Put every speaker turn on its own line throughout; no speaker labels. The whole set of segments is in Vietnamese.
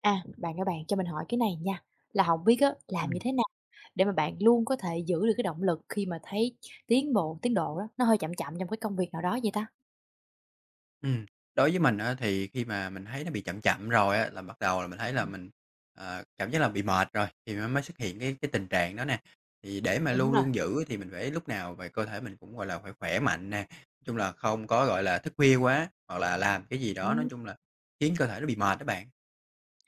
À, bạn ơi bạn, cho mình hỏi cái này nha, là không biết á, làm như
Ừm,
thế nào để mà bạn luôn có thể giữ được cái động lực khi mà thấy tiến độ đó, nó hơi chậm chậm trong cái công việc nào đó vậy ta?
ừm. Đối với mình á, thì khi mà mình thấy nó bị chậm chậm rồi á, là bắt đầu là mình thấy là
Ừm,
mình, cảm giác là bị mệt rồi, thì nó mới xuất hiện cái tình trạng đó nè. Thì để mà
đúng
luôn
rồi,
luôn giữ thì mình phải lúc nào về cơ thể mình cũng, gọi là, phải khỏe mạnh nè, nói chung là không có, gọi là, thức khuya quá, hoặc là làm cái gì đó nói
ừm,
chung là khiến cơ thể nó bị mệt đó bạn.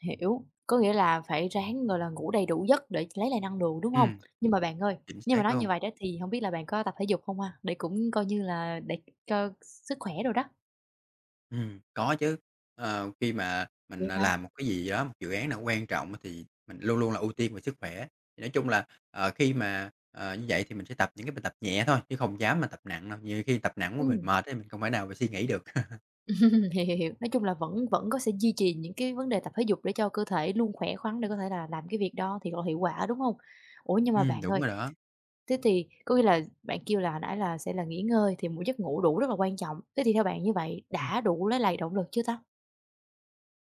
hiểu, có nghĩa là phải ráng, gọi là, ngủ đầy đủ giấc để lấy lại năng lượng, đúng không?
Ừm,
Nhưng mà bạn ơi,
chính
nhưng mà
xác
nói như
luôn.
vậy đó thì không biết là bạn có tập thể dục không ha? Để cũng coi như là để cho sức khỏe rồi đó.
Có chứ. Ờ, khi mà
Vậy
mình, à,
hả?
làm một cái gì đó, một dự án nào quan trọng á thì mình luôn luôn là ưu tiên về sức khỏe. Thì nói chung là, khi mà như vậy thì mình sẽ tập những cái bài tập nhẹ thôi, chứ không dám mà tập nặng đâu, nhiều khi tập nặng
Ừ.
quá mình mệt ấy, mình không thể nào mà suy nghĩ được.
Hiểu, hiểu, hiểu. Nói chung là vẫn vẫn có sẽ duy trì những cái vấn đề tập thể dục để cho cơ thể luôn khỏe khoắn để có thể là làm cái việc đó thì là hiệu quả, đúng không? Ủa, nhưng mà bạn
Đúng
ơi,
rồi đó.
thế thì có nghĩa là bạn kêu là hồi nãy là sẽ là nghỉ ngơi thì một giấc ngủ đủ rất là quan trọng. Thế thì theo bạn như vậy
Ừm.
đã đủ lấy lại động lực chưa ta?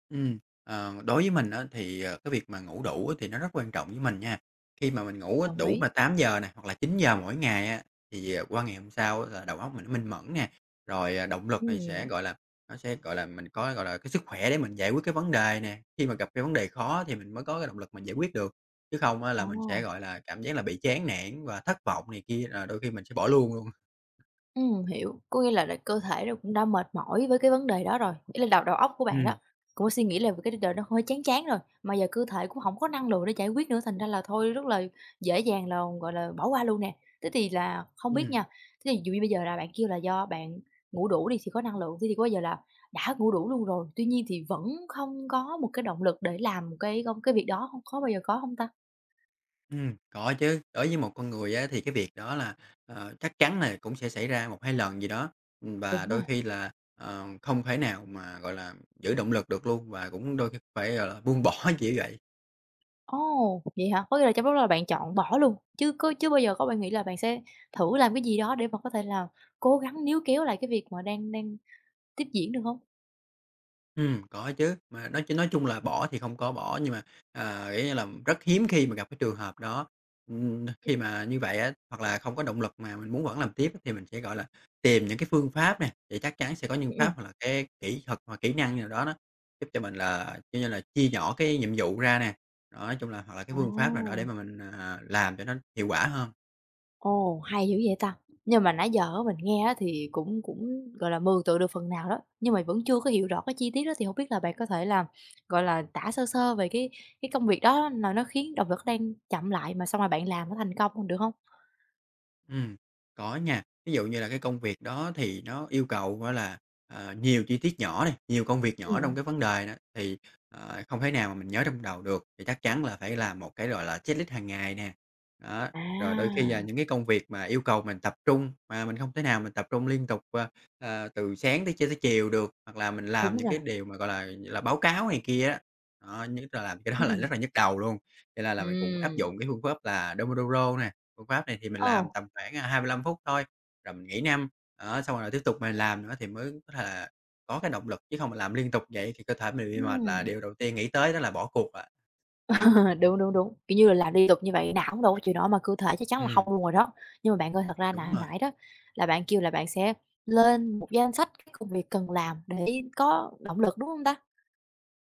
Ừm, Đối với mình á thì, cái việc mà ngủ đủ á thì nó rất quan trọng với mình nha. Khi mà mình ngủ á,
Đồng
đủ
ý.
mà 8 giờ nè, hoặc là 9 giờ mỗi ngày á, thì, qua ngày hôm sau á là đầu óc mình nó minh mẫn nè, rồi, động lực này sẽ,
Ừ.
gọi là, nó sẽ, gọi là, mình có, gọi là, cái sức khỏe để mình giải quyết cái vấn đề nè. Khi mà gặp cái vấn đề khó thì mình mới có cái động lực mình giải quyết được, chứ không á là
Ồ.
mình sẽ, gọi là, cảm giác là bị chán nản và thất vọng này kia, là đôi khi mình sẽ bỏ luôn luôn.
Hiểu. Có nghĩa là cơ thể nó cũng đã mệt mỏi với cái vấn đề đó rồi, ý là đầu đầu óc của bạn đó,
Ừm,
cũng có suy nghĩ là cái đời nó hơi chán chán rồi, mà giờ cơ thể cũng không có năng lượng để giải quyết nữa, thành ra là thôi rất là dễ dàng là, gọi là, bỏ qua luôn nè. Thế thì là không biết
ừm.
nha, thế thì dụ như bây giờ là bạn kêu là do bạn ngủ đủ đi thì có năng lượng, thế thì có bao giờ là đã ngủ đủ luôn rồi, tuy nhiên thì vẫn không có một cái động lực để làm cái việc đó không? Có bao giờ có không ta?
Có chứ, đối với một con người á thì cái việc đó là, chắc chắn là cũng sẽ xảy ra một hai lần gì đó,
Đúng
và
rồi.
đôi khi là, không thể nào mà, gọi là, giữ động lực được luôn và cũng đôi khi phải, gọi là, buông bỏ, kiểu vậy.
Ồ, vậy hả? Có nghĩa là trong lúc đó là bạn chọn bỏ luôn, chứ bao giờ có bạn nghĩ là bạn sẽ thử làm cái gì đó để mà có thể là cố gắng níu kéo lại cái việc mà đang đang tiếp diễn được không?
Có chứ, mà nói chung là bỏ thì không có bỏ, nhưng mà, kiểu như là, rất hiếm khi mà gặp cái trường hợp đó. Khi mà như vậy á, hoặc là không có động lực mà mình muốn vẫn làm tiếp thì mình sẽ, gọi là, tìm những cái phương pháp nè, thì chắc chắn sẽ có những
Ừm,
pháp
ừm.
hoặc là cái kỹ thuật hoặc kỹ năng nào đó đó, giúp cho mình là, kiểu như là, chia nhỏ cái nhiệm vụ ra nè. Đó, nói chung là hoặc là cái phương pháp nào đó để
À,
mà mình làm cho nó hiệu quả hơn.
ồ, hay dữ vậy ta! Nhưng mà nãy giờ á mình nghe á thì cũng cũng, gọi là, mường tượng được phần nào đó, nhưng mà vẫn chưa có hiểu rõ cái chi tiết đó thì không biết là bạn có thể là, gọi là, tả sơ sơ về cái công việc đó là nó khiến động lực đang chậm lại mà xong rồi bạn làm nó thành công, được không?
Ừm, có nha. Ví dụ như là cái công việc đó thì nó yêu cầu, gọi là, nhiều chi tiết nhỏ này, nhiều công việc
Ừm,
nhỏ trong
ừm.
cái vấn đề đó, thì, không thể nào mà mình nhớ trong đầu được, thì chắc chắn là phải làm một cái, gọi là, checklist hàng ngày nè. Đó, rồi đôi khi là
À,
những cái công việc mà yêu cầu mình tập trung, mà mình không thể nào mình tập trung liên tục, từ sáng tới tới chiều được, hoặc là mình làm
đúng
những
rồi.
cái điều mà, gọi là, báo cáo này kia á, đó, nhất là làm cái
Ừm,
đó là
ừm.
rất là nhức đầu luôn. Cho nên là mình cũng áp
Ừm.
dụng cái phương pháp là Pomodoro nè. Phương pháp này thì mình làm
Ồ,
tầm khoảng, 25 phút thôi, rồi mình nghỉ 5 đó, xong rồi tiếp tục mình làm nữa thì mới có thể là có cái động lực, chứ không mà làm liên tục vậy thì cơ thể mình bị mệt
ừm,
là điều đầu tiên nghĩ tới đó là bỏ cuộc ạ.
ờ, đúng, đúng, đúng, kiểu như là làm liên tục như vậy não đâu có chịu nổi mà cơ thể chắc chắn là không
Ừm,
luôn rồi đó. Nhưng mà bạn ơi, thật ra
đúng
nà
rồi,
nãy đó là bạn kêu là bạn sẽ lên một danh sách các công việc cần làm để có động lực, đúng hông ta?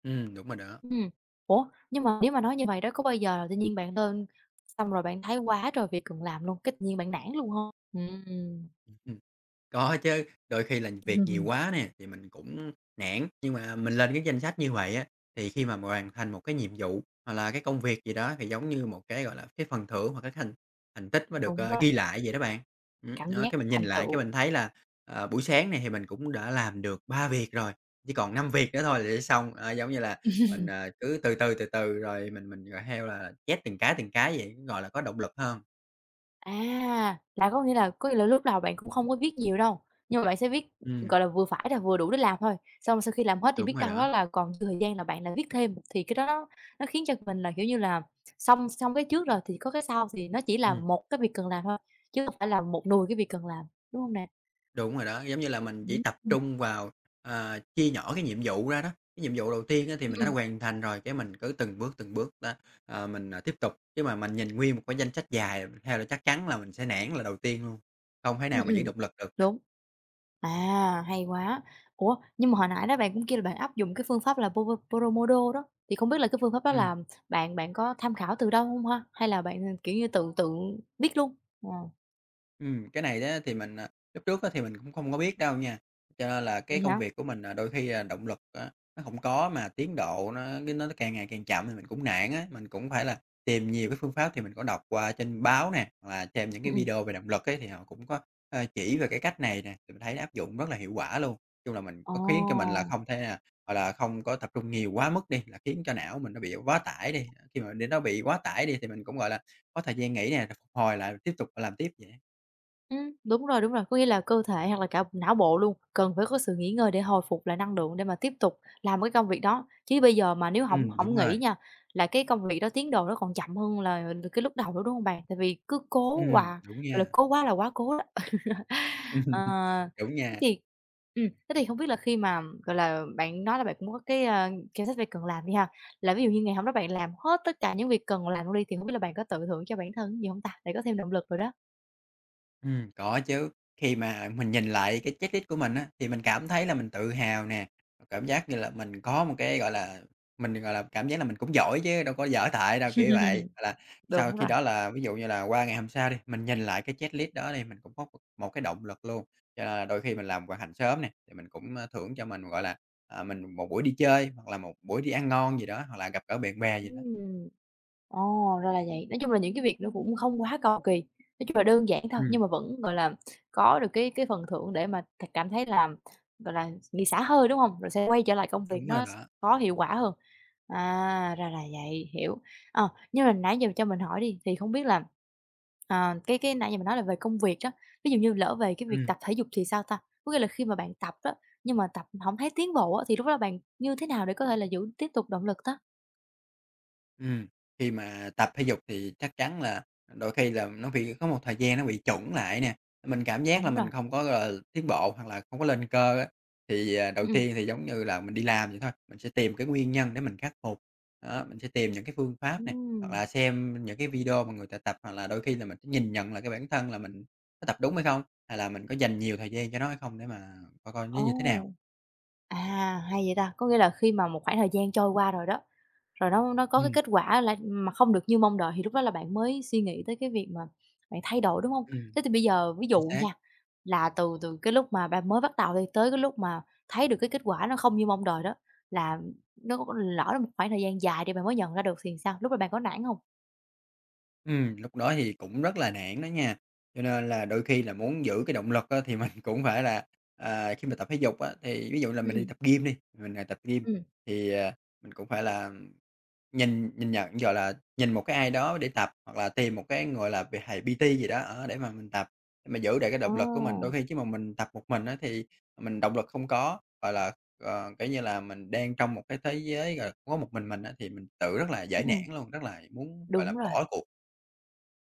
đúng rồi đó.
Ừm, ủa, nhưng mà nếu mà nói như vậy đó, có bao giờ tự nhiên bạn lên xong rồi bạn thấy quá trời việc cần làm luôn, cái tự nhiên bạn nản luôn hông? Ừm.
Ừm. Có chứ, đôi khi là việc nhiều quá nè, thì mình cũng nản, nhưng mà mình lên cái danh sách như vậy á, thì khi mà hoàn thành một cái nhiệm vụ hoặc là cái công việc gì đó thì giống như một cái, gọi là, cái phần thưởng hoặc cái thành thành tích mà được,
Đúng rồi,
ghi lại vậy đó bạn.
cảm
Đó,
giác
cái mình nhìn
thành
lại cái
tựu.
mình thấy là, buổi sáng này thì mình cũng đã làm được 3 việc rồi, chỉ còn 5 việc nữa thôi là sẽ xong. Ờ, giống như là mình cứ từ từ, từ từ rồi mình, gọi theo là, chép từng cái vậy, gọi là, có động lực hơn.
À, là có nghĩa là lúc đầu bạn cũng không có viết nhiều đâu, nhưng mà bạn sẽ viết,
Ừm,
gọi là, vừa phải là vừa đủ để làm thôi, xong sau khi làm hết thì
đúng
biết
rồi
đâu đó
đó.
là còn dư thời gian là bạn lại viết thêm, thì cái đó nó khiến cho mình là, kiểu như là, xong xong cái trước rồi thì có cái sau, thì nó chỉ là
Ừm.
một cái việc cần làm thôi, chứ không phải là một nùi cái việc cần làm, đúng hông nè?
Đúng rồi đó, giống như là mình chỉ
Ừm,
tập
ừm,
trung vào, chia nhỏ cái nhiệm vụ ra đó. Cái nhiệm vụ đầu tiên á thì mình đã
ừm,
hoàn thành rồi, cái mình cứ từng bước đó, mình tiếp tục. Chứ mà mình nhìn nguyên một cái danh sách dài theo là chắc chắn là mình sẽ nản là đầu tiên luôn, không thể
ừm,
nào mà giữ
ừm.
động lực được.
Đúng. À, hay quá! Ủa, nhưng mà hồi nãy đó bạn cũng kêu là bạn áp dụng cái phương pháp là Pomo Pomodoro đó, thì không biết là cái phương pháp đó
Ừm.
là bạn bạn có tham khảo từ đâu không ha? Hay là bạn, ừ, kiểu như, tự tự biết luôn? Ờ,
Cái này á thì mình, lúc trước á thì mình cũng không có biết đâu nha, cho nên là
vậy
cái công
hả?
việc của mình, đôi khi, động lực á nó hổng có mà tiến độ nó cái nó càng ngày càng chậm thì mình cũng nản á. Mình cũng phải là tìm nhiều cái phương pháp thì mình có đọc qua trên báo nè, hoặc là xem những
Ừm,
cái
ừm.
video về động lực ấy thì họ cũng có, chỉ về cái cách này nè, thì mình thấy áp dụng rất là hiệu quả luôn. Chung là mình
Ồ!
có khiến cho mình là không thể nào, gọi là, không có tập trung nhiều quá mức đi, là khiến cho não mình nó bị quá tải đi, khi mà để nó bị quá tải đi thì mình cũng, gọi là, có thời gian nghỉ nè, rồi phục hồi lại tiếp tục làm tiếp vậy á.
Đúng rồi, có nghĩa là cơ thể hoặc là cả não bộ luôn, cần phải có sự nghỉ ngơi để hồi phục lại năng lượng để mà tiếp tục làm cái công việc đó. Chứ bây giờ mà nếu không không
Đúng
nghỉ
rồi.
nha, là cái công việc đó tiến độ nó còn chậm hơn là cái lúc đầu nữa, đúng không bạn? Tại vì cứ
Đúng
gọi là,
nha.
cố quá là quá cố đó. Ờ,
Đúng
thế
nha.
thì thế thì không biết là khi mà, gọi là, bạn nói là bạn cũng có cái, danh sách việc cần làm đi ha, là ví dụ như ngày hôm đó bạn làm hết tất cả những việc cần làm luôn đi, thì hông biết là bạn có tự thưởng cho bản thân gì hông ta? Để có thêm động lực rồi đó.
Có chứ. Khi mà mình nhìn lại cái checklist của mình á, thì mình cảm thấy là mình tự hào nè, cảm giác như là mình có một cái, gọi là, mình, gọi là, cảm giác là mình cũng giỏi chứ đâu có dở tệ đâu, kiểu vậy. Hoặc là
Đúng.
sau khi đó là ví dụ như là qua ngày hôm sau đi, mình nhìn lại cái checklist đó đi, mình cũng có một một cái động lực luôn. Cho nên là đôi khi mình làm hoàn thành sớm nè, thì mình cũng, thưởng cho mình, gọi là, mình một buổi đi chơi, hoặc là một buổi đi ăn ngon gì đó, hoặc là gặp gỡ bạn bè gì đó.
Ừm. Ồ, ra là vậy. Nói chung là những cái việc nó cũng không quá cầu kỳ, nói chung là đơn giản thôi,
Ừm,
nhưng mà vẫn, gọi là, có được cái phần thưởng để mà cảm thấy là, gọi là, nghỉ xả hơi, đúng hông? Rồi sẽ quay trở lại công việc
đúng rồi
nó
đó.
có hiệu quả hơn. À, ra là vậy, hiểu. Ờ, nhưng mà nãy giờ cho mình hỏi đi, thì không biết là, ờ, cái nãy giờ mình nói là về công việc đó, ví dụ như lỡ về cái việc
Ừm,
tập thể dục thì sao ta? Có nghĩa là khi mà bạn tập á, nhưng mà tập hổng thấy tiến bộ á, thì lúc đó bạn như thế nào để có thể là giữ tiếp tục động lực ta?
ừm. Khi mà tập thể dục thì chắc chắn là đôi khi là nó bị có một thời gian nó bị chững lại nè, mình cảm giác là
Đúng rồi.
mình không có, gọi là, tiến bộ hoặc là không có lên cơ á, thì, đầu
Ừm, ừm.
tiên thì giống như là mình đi làm vậy thôi, mình sẽ tìm cái nguyên nhân để mình khắc phục. Đó, mình sẽ tìm những cái phương pháp nè, hoặc
Ừm,
là xem những cái video mà người ta tập, hoặc là đôi khi là mình sẽ nhìn nhận lại cái bản thân là mình có tập đúng hay không? Hay là mình có dành nhiều thời gian cho nó hay không để mà coi coi nó
ồ,
như thế nào.
à, hay vậy ta! Có nghĩa là khi mà một khoảng thời gian trôi qua rồi đó, rồi nó có cái
Ừm,
kết quả là mà không được như mong đợi thì lúc đó là bạn mới suy nghĩ tới cái việc mà bạn thay đổi, đúng hông?
ừm,
Thế thì bây giờ ví dụ
chính xác.
nha, là từ từ cái lúc mà bạn mới bắt đầu đi, tới cái lúc mà thấy được cái kết quả nó không như mong đợi đó, là nó có lỡ là một khoảng thời gian dài để bạn mới nhận ra được thì sao? Lúc đó bạn có nản hông?
Lúc đó thì cũng rất là nản đó nha, cho nên là đôi khi là muốn giữ cái động lực á, thì mình cũng phải là, khi mà tập thể dục á, thì ví dụ là mình đi
Ừm,
tập gym đi, mình tập gym
ừm, ừm.
thì, mình cũng phải là nhìn nhìn nhận, gọi là, nhìn một cái ai đó để tập, hoặc là tìm một cái, gọi là, về thầy PT gì đó, đó, để mà mình tập, để mà giữ lại cái động lực của mình. Đôi
Ồ,
khi chứ mà mình tập một mình á, thì mình động lực không có, gọi là, kiểu như là, mình đang trong một cái thế giới, gọi là, có một mình á, thì mình tự rất là dễ
ừm, ừm,
nản luôn, rất là muốn, gọi là,
đúng rồi.
bỏ cuộc.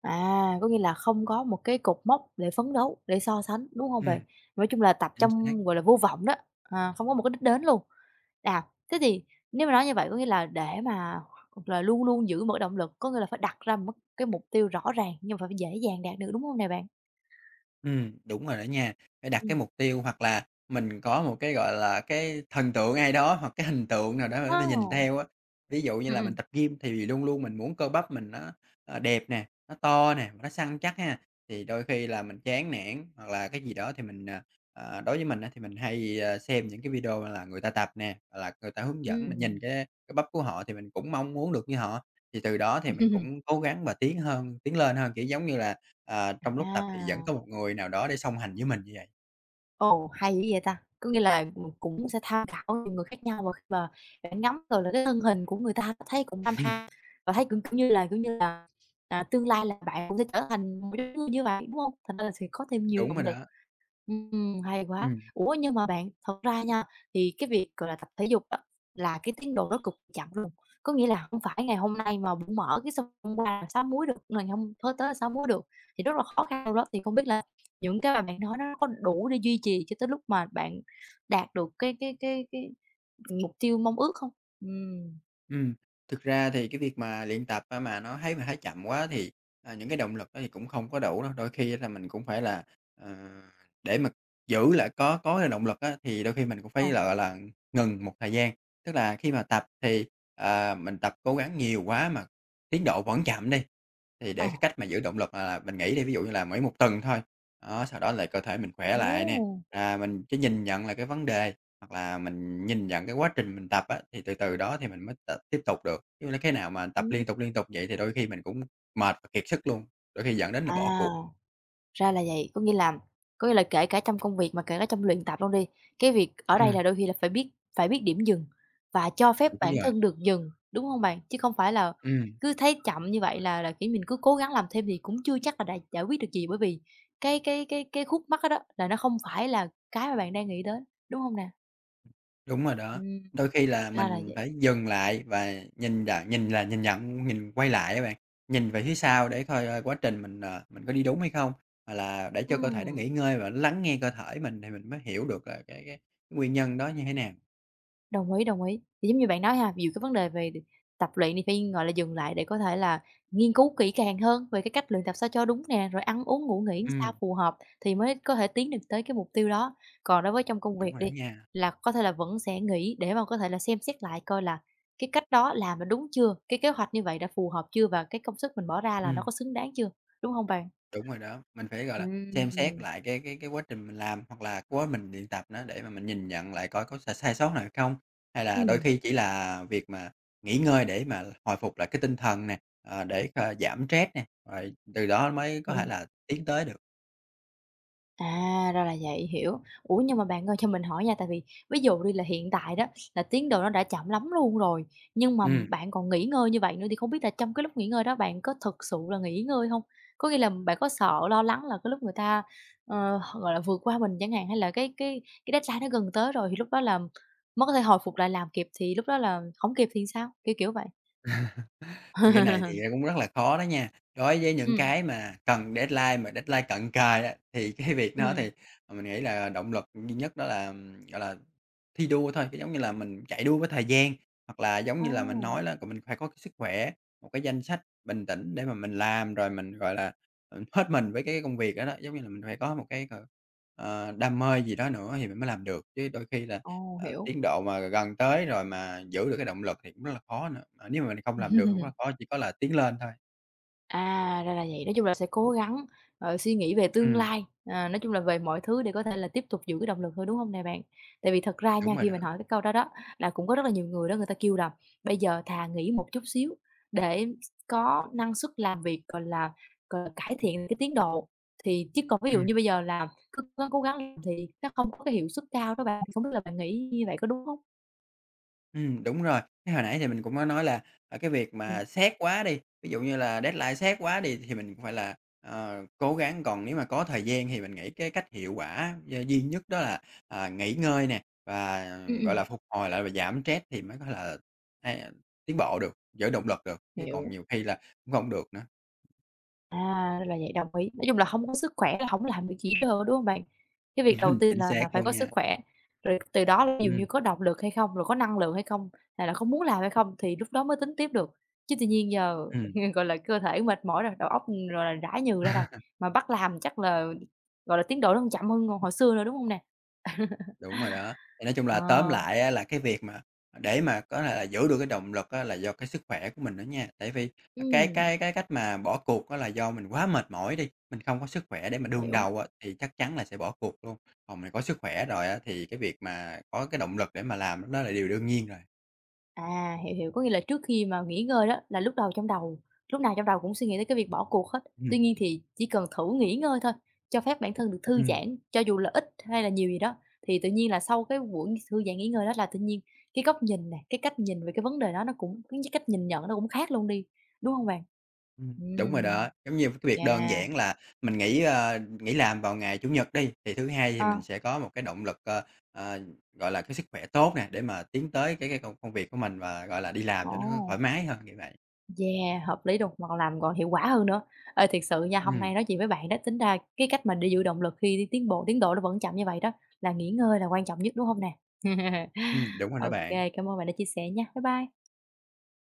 À, có nghĩa là không có một cái cột mốc để phấn đấu, để so sánh, đúng hông bạn?
Ừm,
Nói chung là tập
chính xác.
trong, gọi là, vô vọng đó, à, không có một cái đích đến luôn. À, thế thì nếu mà nói như vậy có nghĩa là để mà là luôn luôn giữ một cái động lực, có nghĩa là phải đặt ra một cái mục tiêu rõ ràng nhưng mà phải dễ dàng đạt được, đúng hông nè bạn?
Đúng rồi đó nha. Phải đặt
Ừm.
cái mục tiêu hoặc là mình có một cái, gọi là, cái thần tượng ai đó hoặc cái hình tượng nào đó để mình nhìn
Ồ!
theo á. Ví dụ như
Ừm,
là mình
ừm.
tập gym thì luôn luôn mình muốn cơ bắp mình nó, đẹp nè, nó to nè, nó săn chắc ha. Thì đôi khi là mình chán nản hoặc là cái gì đó thì mình, đối với mình á thì mình hay, xem những cái video là người ta tập nè, hoặc là người ta hướng dẫn, mình nhìn
Ừm.
cái bắp của họ thì mình cũng mong muốn được như họ. Thì từ đó thì mình cũng cố gắng và tiến lên hơn, kiểu, giống như là trong lúc tập thì vẫn
À.
có một người nào đó để song hành với mình như vậy.
Ồ, hay dữ vậy ta! Có nghĩa là, cũng sẽ tham khảo nhiều người khác nhau, và khi mà bạn ngắm rồi là cái thân hình của người ta thấy cũng hăm ha, và thấy cũng, kiểu như là, à, tương lai là bạn cũng sẽ trở thành một cái đứa như vậy, đúng hông? Thành ra là sẽ có thêm nhiều
Đúng
động
rồi
lực.
đó,
Hay quá.
ừm.
Ủa, nhưng mà bạn, thật ra nha, thì cái việc, gọi là, tập thể dục á, là cái tiến độ nó cực chậm luôn. Có nghĩa là không phải ngày hôm nay mà bụng mở cái xong hôm qua làm sáu múi được, ngày hôm tới tới là sáu múi được, thì rất là khó khăn luôn đó. Thì không biết là những cái mà bạn nói nó có đủ để duy trì cho tới lúc mà bạn đạt được cái mục tiêu mong ước không? Ừm.
Ừm, thực ra thì cái việc mà luyện tập á mà nó thấy chậm quá thì, à, những cái động lực đó thì cũng không có đủ đâu. Đôi khi là mình cũng phải là, ờ, để mà giữ lại có cái động lực á, thì đôi khi mình cũng phải,
Ờ,
là gọi là, ngừng một thời gian. Tức là khi mà tập thì, mình tập cố gắng nhiều quá mà tiến độ vẫn chậm đi, thì
ờ.
để cái cách mà giữ động lực là mình nghĩ đi, ví dụ như là mỗi một tuần thôi. Đó, sau đó là cơ thể mình khỏe
Ồ!
lại nè,
Ừm.
à, mình chỉ nhìn nhận là cái vấn đề hoặc là mình nhìn nhận cái quá trình mình tập á, thì từ từ đó thì mình mới tập tiếp tục được, chứ lấy cái nào mà tập
Ừm.
liên tục vậy thì đôi khi mình cũng mệt và kiệt sức luôn, đôi khi dẫn đến là bỏ
À.
cuộc.
Ra là vậy, có nghĩa là kể cả trong công việc mà kể cả trong luyện tập luôn đi, cái việc ở đây
Ừm.
là đôi khi là phải biết điểm dừng và cho phép
Đúng
bản
rồi,
thân được dừng, đúng hông bạn? Chứ không phải là
ừm,
cứ thấy chậm như vậy là, kiểu, mình cứ cố gắng làm thêm thì cũng chưa chắc là đã giải quyết được gì, bởi vì cái khúc mắc đó đó là nó không phải là cái mà bạn đang nghĩ đến, đúng hông nè?
đúng rồi đó.
Ừm,
Đôi khi là
ra là
mình
vậy.
phải dừng lại và nhìn nhận quay lại các bạn, nhìn về phía sau để coi, ơ, quá trình mình, mình có đi đúng hay không, hoặc là để cho cơ thể nó
Ừm.
nghỉ ngơi và lắng nghe cơ thể mình thì mình mới hiểu được là cái nguyên nhân đó như thế nào.
Đồng ý, đồng ý. Thì giống như bạn nói ha, ví dụ cái vấn đề về tập luyện thì phải, gọi là, dừng lại để có thể là nghiên cứu kỹ càng hơn về cái cách luyện tập sao cho đúng nè, rồi ăn uống, ngủ nghỉ sao
Ừm,
phù hợp thì mới có thể tiến được tới cái mục tiêu đó. Còn đối với trong công
đúng
việc
rồi
đi,
đó nha.
là có thể là vẫn sẽ nghỉ để mà có thể là xem xét lại coi là cái cách đó làm là đúng chưa? Cái kế hoạch như vậy đã phù hợp chưa? Và cái công sức mình bỏ ra là nó
Ừm.
có xứng đáng chưa? Đúng không bạn?
Đúng rồi đó, mình phải, gọi là, xem xét
Ừm,
lại cái quá trình mình làm hoặc là quá mình luyện tập nó để mà mình nhìn nhận lại coi có s sai sót nào hay không, hay là đôi
ừm,
khi chỉ là việc mà nghỉ ngơi để mà hồi phục lại cái tinh thần nè, ờ, để, giảm stress nè, rồi từ đó mới có thể
ừm.
là tiến tới được.
À, ra là vậy, hiểu. Ủa, nhưng mà bạn ơi cho mình hỏi nha, tại vì ví dụ đi là hiện tại đó là tiến độ nó đã chậm lắm luôn rồi, nhưng mà
Ừm.
bạn còn nghỉ ngơi như vậy nữa thì không biết là trong cái lúc nghỉ ngơi đó bạn có thực sự là nghỉ ngơi không? Có nghĩa là bạn có sợ, lo lắng là cái lúc người ta, gọi là, vượt qua mình chẳng hạn, hay là cái deadline nó gần tới rồi thì lúc đó là mới có thể hồi phục lại làm kịp thì lúc đó là không kịp thì sao? Kiểu, kiểu vậy.
Thì cái này thì, cũng rất là khó đó nha. Đối với những
Ừm,
cái mà cần deadline mà deadline cận kề á, thì cái việc đó
ừm.
thì, mình nghĩ là động lực duy nhất đó là, gọi là, thi đua thôi, cái giống như là mình chạy đua với thời gian, hoặc là giống
À,
như là mình nói đó, c mình phải có cái sức khỏe, một cái danh sách bình tĩnh để mà mình làm, rồi mình, gọi là, hết mình với cái công việc đó đó. Giống như là mình phải có một cái, đam mê gì đó nữa thì mình mới làm được, chứ đôi khi là
ồ, hiểu.
Tiến độ mà gần tới rồi mà giữ được cái động lực thì cũng rất là khó nữa, mà nếu mà mình không làm được cũng rất là khó, chỉ có là tiến lên thôi.
À, ra là vậy. Nói chung là sẽ cố gắng, ờ, suy nghĩ về tương
Ừm,
lai, à, nói chung là về mọi thứ để có thể là tiếp tục giữ cái động lực thôi, đúng không nè bạn? Tại vì thật ra
đúng
nha,
rồi
khi
đó.
mình hỏi cái câu đó đó, là cũng có rất là nhiều người đó người ta kêu là bây giờ thà nghỉ một chút xíu để có năng suất làm việc, gọi là, cải thiện cái tiến độ. Thì chứ còn ví dụ
Ừm,
như bây giờ là cứ cố cố gắng làm thì nó không có cái hiệu suất cao đó bạn, không biết là bạn nghĩ như vậy có đúng không?
đúng rồi. Cái hồi nãy thì mình cũng có nói là, ở cái việc
Ừm,
mà xét quá đi, ví dụ như là deadline xét quá đi thì mình cũng phải là, cố gắng, còn nếu mà có thời gian thì mình nghĩ cái cách hiệu quả d duy nhất đó là, à, nghỉ ngơi nè, và,
ừm,
gọi
ừm,
là, phục hồi lại và giảm stress thì mới có là a, tiến bộ được, giữ động lực được, chứ còn
hiểu.
nhiều khi là cũng không được nữa.
À, ra là vậy, đồng ý. Nói chung là không có sức khỏe là hổng làm được gì hết trơn, đúng hông bạn? Cái việc đầu tiên
Chính
là
xác
phải
luôn
có sức
nha.
khỏe, rồi từ đó là ví dụ như
Ừm,
có động lực hay không, rồi có năng lượng hay không, hay là có muốn làm hay không thì lúc đó mới tính tiếp được. Chứ tự nhiên giờ,
ừm,
gọi là, cơ thể mệt mỏi rồi, đầu óc, ừ, gọi là, rã nhừ ra rồi, mà bắt làm chắc là, gọi là, tiến độ nó còn chậm hơn hồi xưa nữa, đúng hông nè?
đúng rồi đó. Thì nói chung là tóm
Ờ,
lại á là cái việc mà để mà có thể là giữ được cái động lực á là do cái sức khỏe của mình đó nha. Tại vì cái
ừm,
cái cái cách mà bỏ cuộc đó là do mình quá mệt mỏi đi, mình không có sức khỏe để mà đương
hiểu.
đầu á thì chắc chắn là sẽ bỏ cuộc luôn. Còn mình có sức khỏe rồi á thì cái việc mà có cái động lực để mà làm đó là điều đương nhiên rồi.
À, hiểu, hiểu. Có nghĩa là trước khi mà nghỉ ngơi đó là lúc nào trong đầu cũng suy nghĩ tới cái việc bỏ cuộc hết. Tuy
Ừm,
nhiên thì chỉ cần thử nghỉ ngơi thôi, cho phép bản thân được thư
ừm.
giãn, cho dù là ít hay là nhiều gì đó, thì tự nhiên là sau cái buổi thư giãn nghỉ ngơi đó là tự nhiên cái góc nhìn nè, cái cách nhìn về cái vấn đề đó nó cũng cái cách nhìn nhận nó cũng khác luôn đi, đúng không bạn?
Đúng rồi
Ừm,
đó. Giống như cái việc đơn
yeah,
giản là mình nghỉ, ờ, nghỉ làm vào ngày Chủ nhật đi, thì thứ Hai thì
ờ,
mình sẽ có một cái động lực, ờ, gọi là, cái sức khỏe tốt nè, để mà tiến tới cái công công việc của mình và, gọi là, đi làm cho nó
ồ.
thoải mái hơn, như vậy.
Yeah, hợp lý luôn, mà còn làm còn hiệu quả hơn nữa. Ê, thiệt sự nha, hôm
Ừm,
nay nói chuyện với bạn đó, tính ra cái cách mà để giữ động lực khi đi tiến độ nó vẫn chậm như vậy đó, là nghỉ ngơi là quan trọng nhất, đúng không nè?
đúng rồi đó
Ok,
bạn.
cảm ơn bạn đã chia sẻ nha. Bye bye.